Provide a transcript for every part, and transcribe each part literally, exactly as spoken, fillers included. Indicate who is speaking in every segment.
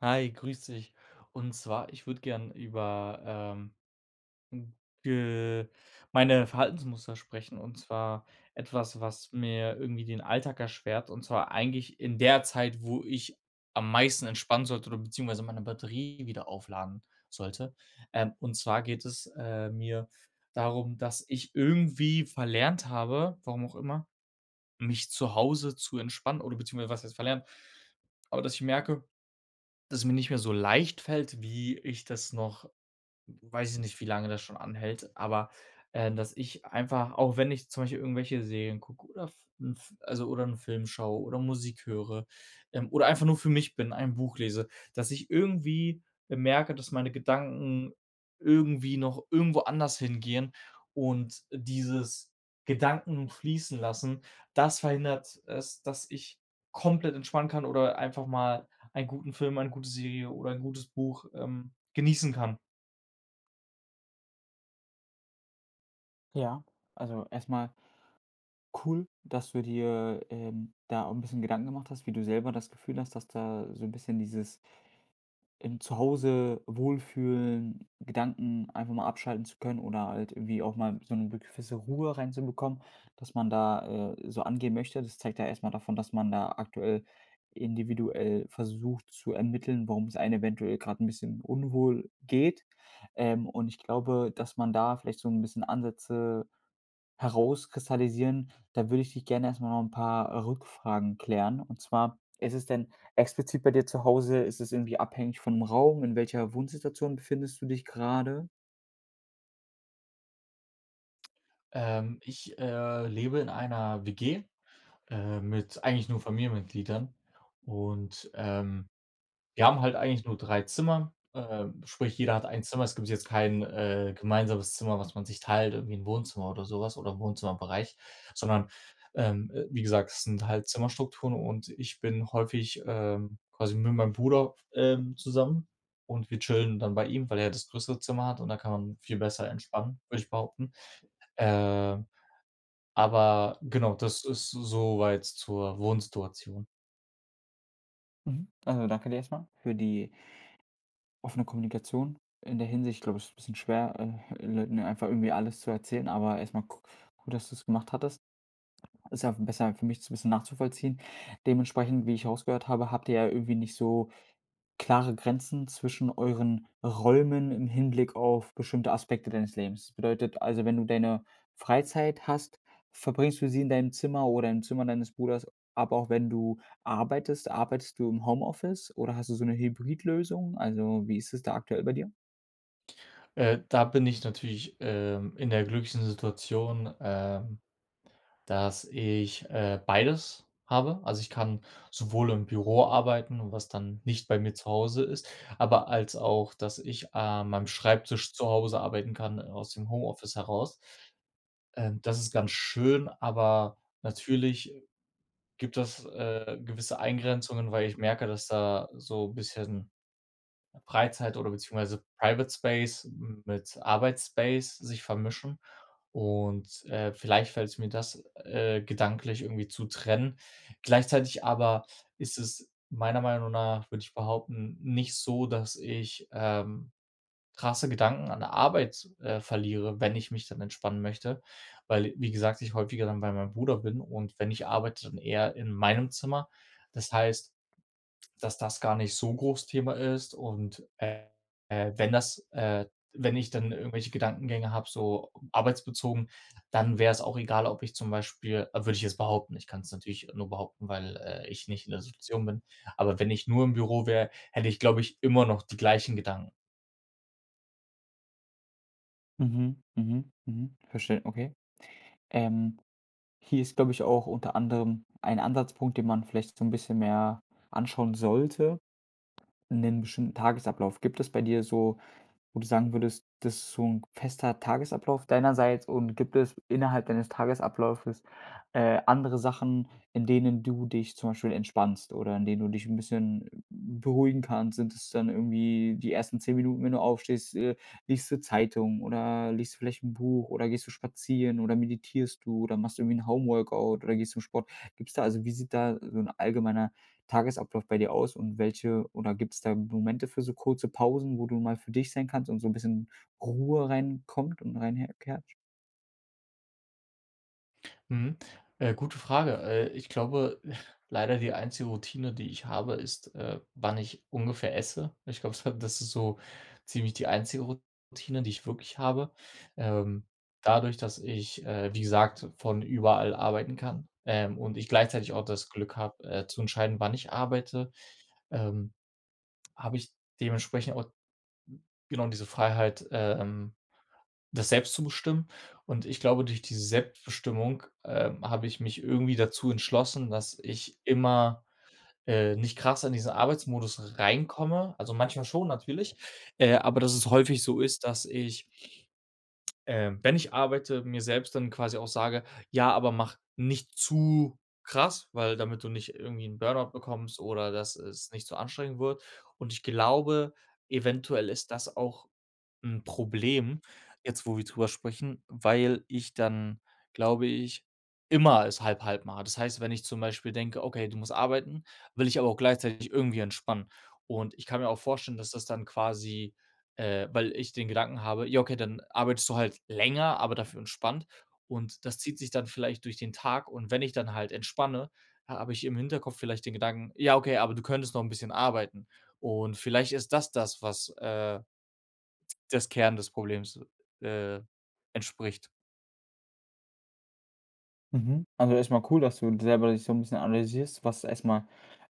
Speaker 1: Hi, grüß dich. Und zwar, ich würde gern über ähm, hm, ge meine Verhaltensmuster sprechen und zwar etwas, was mir irgendwie den Alltag erschwert, und zwar eigentlich in der Zeit, wo ich am meisten entspannen sollte oder beziehungsweise meine Batterie wieder aufladen sollte. Ähm, und zwar geht es äh, mir darum, dass ich irgendwie verlernt habe, warum auch immer, mich zu Hause zu entspannen oder beziehungsweise was jetzt verlernt, aber dass ich merke, dass es mir nicht mehr so leicht fällt, wie ich das noch, weiß ich nicht, wie lange das schon anhält, aber, äh, dass ich einfach, auch wenn ich zum Beispiel irgendwelche Serien gucke oder F 'n F also, oder einen Film schaue oder Musik höre, ähm, oder einfach nur für mich bin, ein Buch lese, dass ich irgendwie äh, merke, dass meine Gedanken irgendwie noch irgendwo anders hingehen und dieses Gedanken fließen lassen, das verhindert es, dass ich komplett entspannen kann oder einfach mal einen guten Film, eine gute Serie oder ein gutes Buch, ähm, genießen kann.
Speaker 2: Ja, also erstmal cool, dass du dir, ähm, da auch 'n bisschen Gedanken gemacht hast, wie du selber das Gefühl hast, dass da so ein bisschen dieses im Zuhause wohlfühlen, Gedanken einfach mal abschalten zu können oder halt irgendwie auch mal so eine gewisse Ruhe reinzubekommen, dass man da, äh, so angehen möchte. Das zeigt ja erstmal davon, dass man da aktuell individuell versucht zu ermitteln, warum es einem eventuell gerade ein bisschen unwohl geht. Ähm, und ich glaube, dass man da vielleicht so ein bisschen Ansätze herauskristallisieren, da würde ich dich gerne erstmal noch ein paar Rückfragen klären. Und zwar, ist es denn explizit bei dir zu Hause, ist es irgendwie abhängig von dem Raum? In welcher Wohnsituation befindest du dich gerade?
Speaker 1: Ähm, ich, äh, lebe in einer W G, äh, mit eigentlich nur Familienmitgliedern, und, ähm, wir haben halt eigentlich nur drei Zimmer, ähm, sprich, jeder hat ein Zimmer. Es gibt jetzt kein, äh, gemeinsames Zimmer, was man sich teilt, irgendwie ein Wohnzimmer oder sowas was oder ein Wohnzimmerbereich, sondern, ähm, äh, wie gesagt, es sind halt Zimmerstrukturen, und ich bin häufig, ähm, quasi mit meinem Bruder, ähm, zusammen, und wir chillen dann bei ihm, weil er das größere Zimmer hat und da kann man viel besser entspannen, würde ich behaupten. Ähm aber genau, das ist soweit zur Wohnsituation.
Speaker 2: Mhm. Also, danke dir erstmal für die offene Kommunikation in der Hinsicht. Glaube Ich glaube, es ist 'n bisschen schwer, äh, Leuten einfach irgendwie alles zu erzählen, aber erstmal gu gut, dass du es gemacht hattest. Ist ja besser für mich, es ein bisschen nachzuvollziehen. Dementsprechend, wie ich rausgehört habe, habt ihr ja irgendwie nicht so klare Grenzen zwischen euren Räumen im Hinblick auf bestimmte Aspekte deines Lebens. Das bedeutet also, wenn du deine Freizeit hast, verbringst du sie in deinem Zimmer oder im Zimmer deines Bruders, aber auch wenn du arbeitest, arbeitest du im Homeoffice oder hast du so eine Hybridlösung? Also, wie ist es da aktuell bei dir?
Speaker 1: Äh, da bin ich natürlich, ähm, in der glücklichen Situation, ähm, dass ich, äh, beides habe. Also, ich kann sowohl im Büro arbeiten, was dann nicht bei mir zu Hause ist, aber als auch, dass ich an meinem Schreibtisch zu Hause arbeiten kann, äh, aus dem Homeoffice heraus. Ähm, das ist ganz schön, aber natürlich gibt es, äh, gewisse Eingrenzungen, weil ich merke, dass da so ein bisschen Freizeit oder beziehungsweise Private Space mit Arbeitsspace sich vermischen, und, äh, vielleicht fällt es mir das, äh, gedanklich irgendwie zu trennen. Gleichzeitig aber ist es meiner Meinung nach, würde ich behaupten, nicht so, dass ich, ähm, krasse Gedanken an der Arbeit, äh, verliere, wenn ich mich dann entspannen möchte, weil, wie gesagt, ich häufiger dann bei meinem Bruder bin und wenn ich arbeite, dann eher in meinem Zimmer. Das heißt, dass das gar nicht so groß Thema ist, und, äh, äh, wenn das äh, wenn ich dann irgendwelche Gedankengänge habe, so arbeitsbezogen, dann wäre es auch egal, ob ich zum Beispiel äh, würde ich jetzt behaupten, ich kann es natürlich nur behaupten, weil, äh, ich nicht in der Situation bin, aber wenn ich nur im Büro wäre, hätte ich, glaube ich, immer noch die gleichen Gedanken.
Speaker 2: Mhm, mhm, mhm. Verstehe, okay. Ähm, hier ist, glaube ich, auch unter anderem ein Ansatzpunkt, den man vielleicht so ein bisschen mehr anschauen sollte, 'nen bestimmten Tagesablauf. Gibt es bei dir so, wo du sagen würdest, das ist so ein fester Tagesablauf deinerseits, und gibt es innerhalb deines Tagesablaufes, äh, andere Sachen, in denen du dich zum Beispiel entspannst oder in denen du dich ein bisschen beruhigen kannst? Sind es dann irgendwie die ersten zehn Minuten, wenn du aufstehst, äh, liest du Zeitung oder liest du vielleicht ein Buch oder gehst du spazieren oder meditierst du oder machst irgendwie ein Home-Workout oder gehst zum Sport? Gibt's da also, wie sieht da so ein allgemeiner Tagesablauf bei dir aus und welche, oder gibt es da Momente für so kurze Pausen, wo du mal für dich sein kannst und so ein bisschen Ruhe reinkommt und reinherkehrt?
Speaker 1: Mhm. Äh, gute Frage. Äh, ich glaube, leider die einzige Routine, die ich habe, ist, äh, wann ich ungefähr esse. Ich glaube, das ist so ziemlich die einzige Routine, die ich wirklich habe. Ähm, Dadurch, dass ich, äh, wie gesagt, von überall arbeiten kann, ähm, und ich gleichzeitig auch das Glück habe, äh, zu entscheiden, wann ich arbeite, ähm, habe ich dementsprechend auch genau diese Freiheit, ähm, das selbst zu bestimmen. Und ich glaube, durch diese Selbstbestimmung, ähm, habe ich mich irgendwie dazu entschlossen, dass ich immer, äh, nicht krass in diesen Arbeitsmodus reinkomme. Also, manchmal schon natürlich, äh, aber dass es häufig so ist, dass ich, ähm, wenn ich arbeite, mir selbst dann quasi auch sage: „Ja, aber mach nicht zu krass, weil damit du nicht irgendwie 'n Burnout bekommst oder dass es nicht zu anstrengend wird.“ Und ich glaube, eventuell ist das auch 'n Problem, jetzt wo wir drüber sprechen, weil ich dann, glaube ich, immer es halb halb mache. Das heißt, wenn ich zum Beispiel denke: „Okay, du musst arbeiten“, will ich aber auch gleichzeitig irgendwie entspannen. Und ich kann mir auch vorstellen, dass das dann quasi äh, weil ich den Gedanken habe: „Ja, okay, dann arbeitest du halt länger, aber dafür entspannt.“ Und das zieht sich dann vielleicht durch den Tag, und wenn ich dann halt entspanne, ha habe ich im Hinterkopf vielleicht den Gedanken: „Ja, okay, aber du könntest noch 'n bisschen arbeiten.“ Und vielleicht ist das das, was, äh des Kern des Problems, äh, entspricht.
Speaker 2: Mhm. Also, erstmal cool, dass du selber dich so ein bisschen analysierst, was erstmal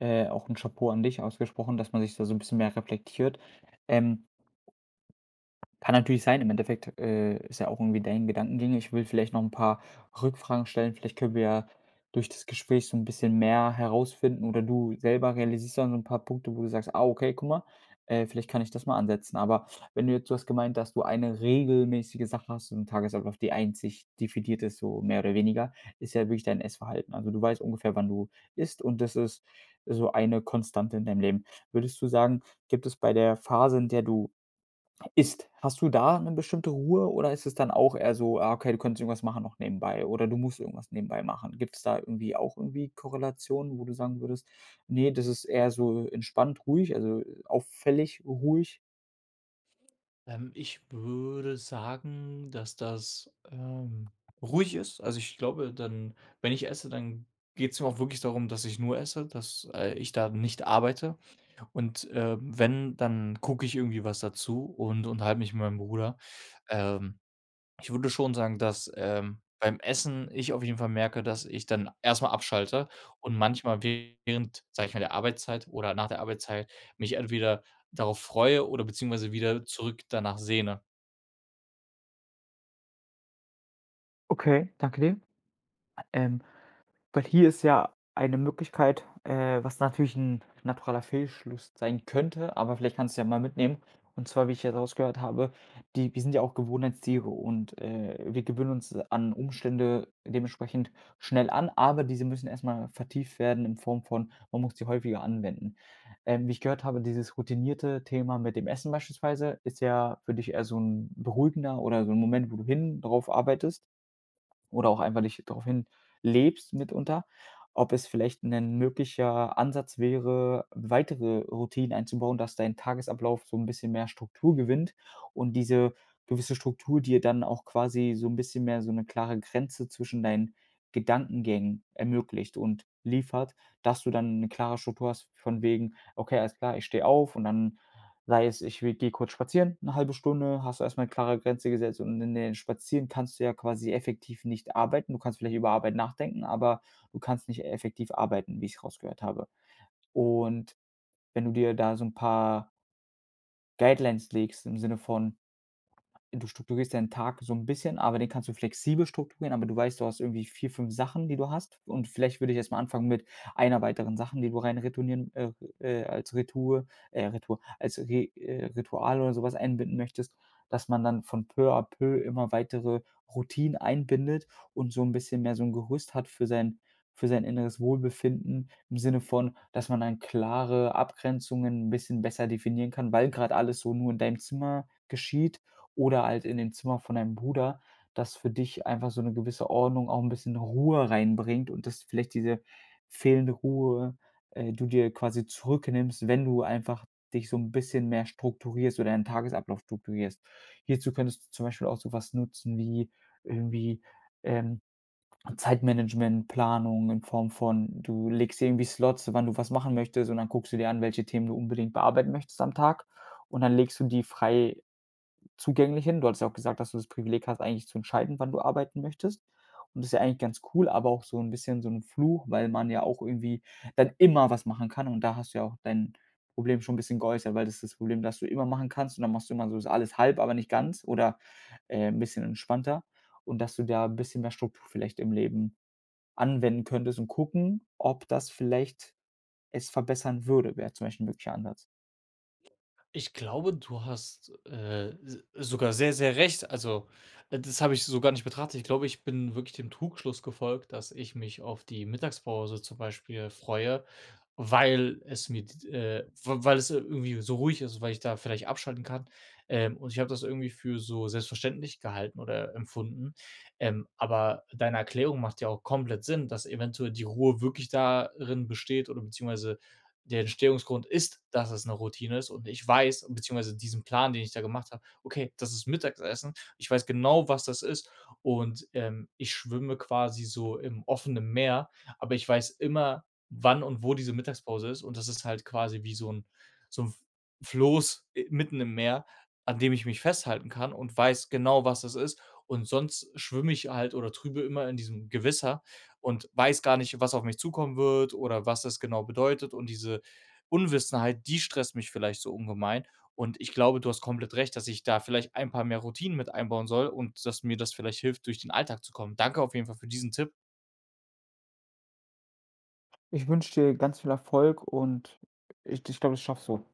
Speaker 2: äh, auch ein Chapeau an dich ausgesprochen, dass man sich da so ein bisschen mehr reflektiert. Ähm Kann natürlich sein. Im Endeffekt, äh, ist ja auch irgendwie dein Gedankengänge. Ich will vielleicht noch ein paar Rückfragen stellen. Vielleicht können wir ja durch das Gespräch so ein bisschen mehr herausfinden oder du selber realisierst dann so ein paar Punkte, wo du sagst: „Ah, okay, guck mal, äh, vielleicht kann ich das mal ansetzen.“ Aber wenn du jetzt, du hast gemeint, dass du eine regelmäßige Sache hast, so 'n Tagesablauf, die einzig definiert ist, so mehr oder weniger, ist ja wirklich dein Essverhalten. Also, du weißt ungefähr, wann du isst, und das ist so eine Konstante in deinem Leben. Würdest du sagen, gibt es bei der Phase, in der du ist. Hast du da 'ne bestimmte Ruhe oder ist es dann auch eher so: „Ah, okay, du könntest irgendwas machen noch nebenbei“ oder „du musst irgendwas nebenbei machen“? Gibt's da irgendwie auch irgendwie Korrelationen, wo du sagen würdest: „Ne, das ist eher so entspannt ruhig, also, auffällig ruhig?“
Speaker 1: Ähm, ich würde sagen, dass das, ähm, ruhig ist. Also, ich glaube, dann wenn ich esse, dann geht's mir auch wirklich darum, dass ich nur esse, dass, äh, ich da nicht arbeite. Und, ähm, wenn, dann gucke ich irgendwie was dazu und unterhalte mich mit meinem Bruder. Ähm Ich würde schon sagen, dass, ähm, beim Essen ich auf jeden Fall merke, dass ich dann erstmal abschalte, und manchmal während, sage ich mal, der Arbeitszeit oder nach der Arbeitszeit mich entweder darauf freue oder beziehungsweise wieder zurück danach sehne.
Speaker 2: Okay, danke dir. Ähm Weil hier ist ja eine Möglichkeit, äh, was natürlich ein naturaler Fehlschluss sein könnte, aber vielleicht kannst du ja mal mitnehmen. Und zwar, wie ich jetzt rausgehört habe, die wir sind ja auch Gewohnheitstiere, und äh, wir gewöhnen uns an Umstände dementsprechend schnell an, aber diese müssen erst mal vertieft werden in Form von, man muss sie häufiger anwenden. Ähm, wie ich gehört habe, dieses routinierte Thema mit dem Essen beispielsweise ist ja für dich eher so ein beruhigender oder so ein Moment, wo du hin drauf arbeitest oder auch einfach nicht darauf hin lebst mitunter, ob es vielleicht ein möglicher Ansatz wäre, weitere Routinen einzubauen, dass dein Tagesablauf so ein bisschen mehr Struktur gewinnt und diese gewisse Struktur dir dann auch quasi so ein bisschen mehr so eine klare Grenze zwischen deinen Gedankengängen ermöglicht und liefert, dass du dann eine klare Struktur hast von wegen: „Okay, alles klar, ich stehe auf und dann, sei es, ich gehe kurz spazieren, eine halbe Stunde, hast du erstmal mal 'ne klare Grenze gesetzt, und in den Spazieren kannst du ja quasi effektiv nicht arbeiten. Du kannst vielleicht über Arbeit nachdenken, aber du kannst nicht effektiv arbeiten, wie ich es rausgehört habe. Und wenn du dir da so ein paar Guidelines legst im Sinne von, du strukturierst deinen Tag so 'n bisschen, aber den kannst du flexibel strukturieren, aber du weißt, du hast irgendwie vier, fünf Sachen, die du hast. Und vielleicht würde ich erst mal anfangen mit einer weiteren Sachen, die du rein retournieren äh, äh, als Retour äh, Retour, als Re äh, Ritual oder so was einbinden möchtest, dass man dann von peu à peu immer weitere Routinen einbindet und so 'n bisschen mehr so 'n Gerüst hat für sein für sein inneres Wohlbefinden im Sinne von, dass man dann klare Abgrenzungen 'n bisschen besser definieren kann, weil grad alles so nur in deinem Zimmer geschieht oder halt in dem Zimmer von deinem Bruder, das für dich einfach so 'ne gewisse Ordnung, auch 'n bisschen Ruhe reinbringt, und dass vielleicht diese fehlende Ruhe, äh, du dir quasi zurücknimmst, wenn du einfach dich so 'n bisschen mehr strukturierst oder deinen Tagesablauf strukturierst. Hierzu könntest du zum Beispiel auch so was nutzen wie irgendwie, ähm, Zeitmanagement, Planung in Form von, du legst dir irgendwie Slots, wann du was machen möchtest, und dann guckst du dir an, welche Themen du unbedingt bearbeiten möchtest am Tag, und dann legst du die frei zugänglich hin. Du hattest ja auch gesagt, dass du das Privileg hast, eigentlich zu entscheiden, wann du arbeiten möchtest. Und das ist ja eigentlich ganz cool, aber auch so ein bisschen so ein Fluch, weil man ja auch irgendwie dann immer was machen kann. Und da hast du ja auch dein Problem schon ein bisschen geäußert, weil das ist das Problem, dass du immer machen kannst, und dann machst du immer so das alles halb, aber nicht ganz oder, äh, 'n bisschen entspannter. Und dass du da ein bisschen mehr Struktur vielleicht im Leben anwenden könntest und gucken, ob das vielleicht es verbessern würde, wäre zum Beispiel 'n möglicher Ansatz.
Speaker 1: Ich glaube, du hast, äh, s sogar sehr, sehr recht. Also, äh, das habe ich so gar nicht betrachtet. Ich glaube, ich bin wirklich dem Trugschluss gefolgt, dass ich mich auf die Mittagspause zum Beispiel freue, weil es mir d äh, w weil es irgendwie so ruhig ist, weil ich da vielleicht abschalten kann. Ähm, und ich habe das irgendwie für so selbstverständlich gehalten oder empfunden. Ähm, aber deine Erklärung macht ja auch komplett Sinn, dass eventuell die Ruhe wirklich darin besteht oder beziehungsweise der Entstehungsgrund ist, dass es eine Routine ist und ich weiß beziehungsweise diesen Plan, den ich da gemacht habe: „Okay, das ist Mittagessen.“ Ich weiß genau, was das ist, und, ähm, ich schwimme quasi so im offenen Meer, aber ich weiß immer, wann und wo diese Mittagspause ist, und das ist halt quasi wie so ein so ein Floß, äh, mitten im Meer, an dem ich mich festhalten kann und weiß genau, was das ist, und sonst schwimme ich halt oder trübe immer in diesem Gewässer und weiß gar nicht, was auf mich zukommen wird oder was das genau bedeutet. Und diese Unwissenheit, die stresst mich vielleicht so ungemein. Und ich glaube, du hast komplett recht, dass ich da vielleicht ein paar mehr Routinen mit einbauen soll und dass mir das vielleicht hilft, durch den Alltag zu kommen. Danke auf jeden Fall für diesen Tipp.
Speaker 2: Ich wünsche dir ganz viel Erfolg, und ich ich glaube, das schaffst du.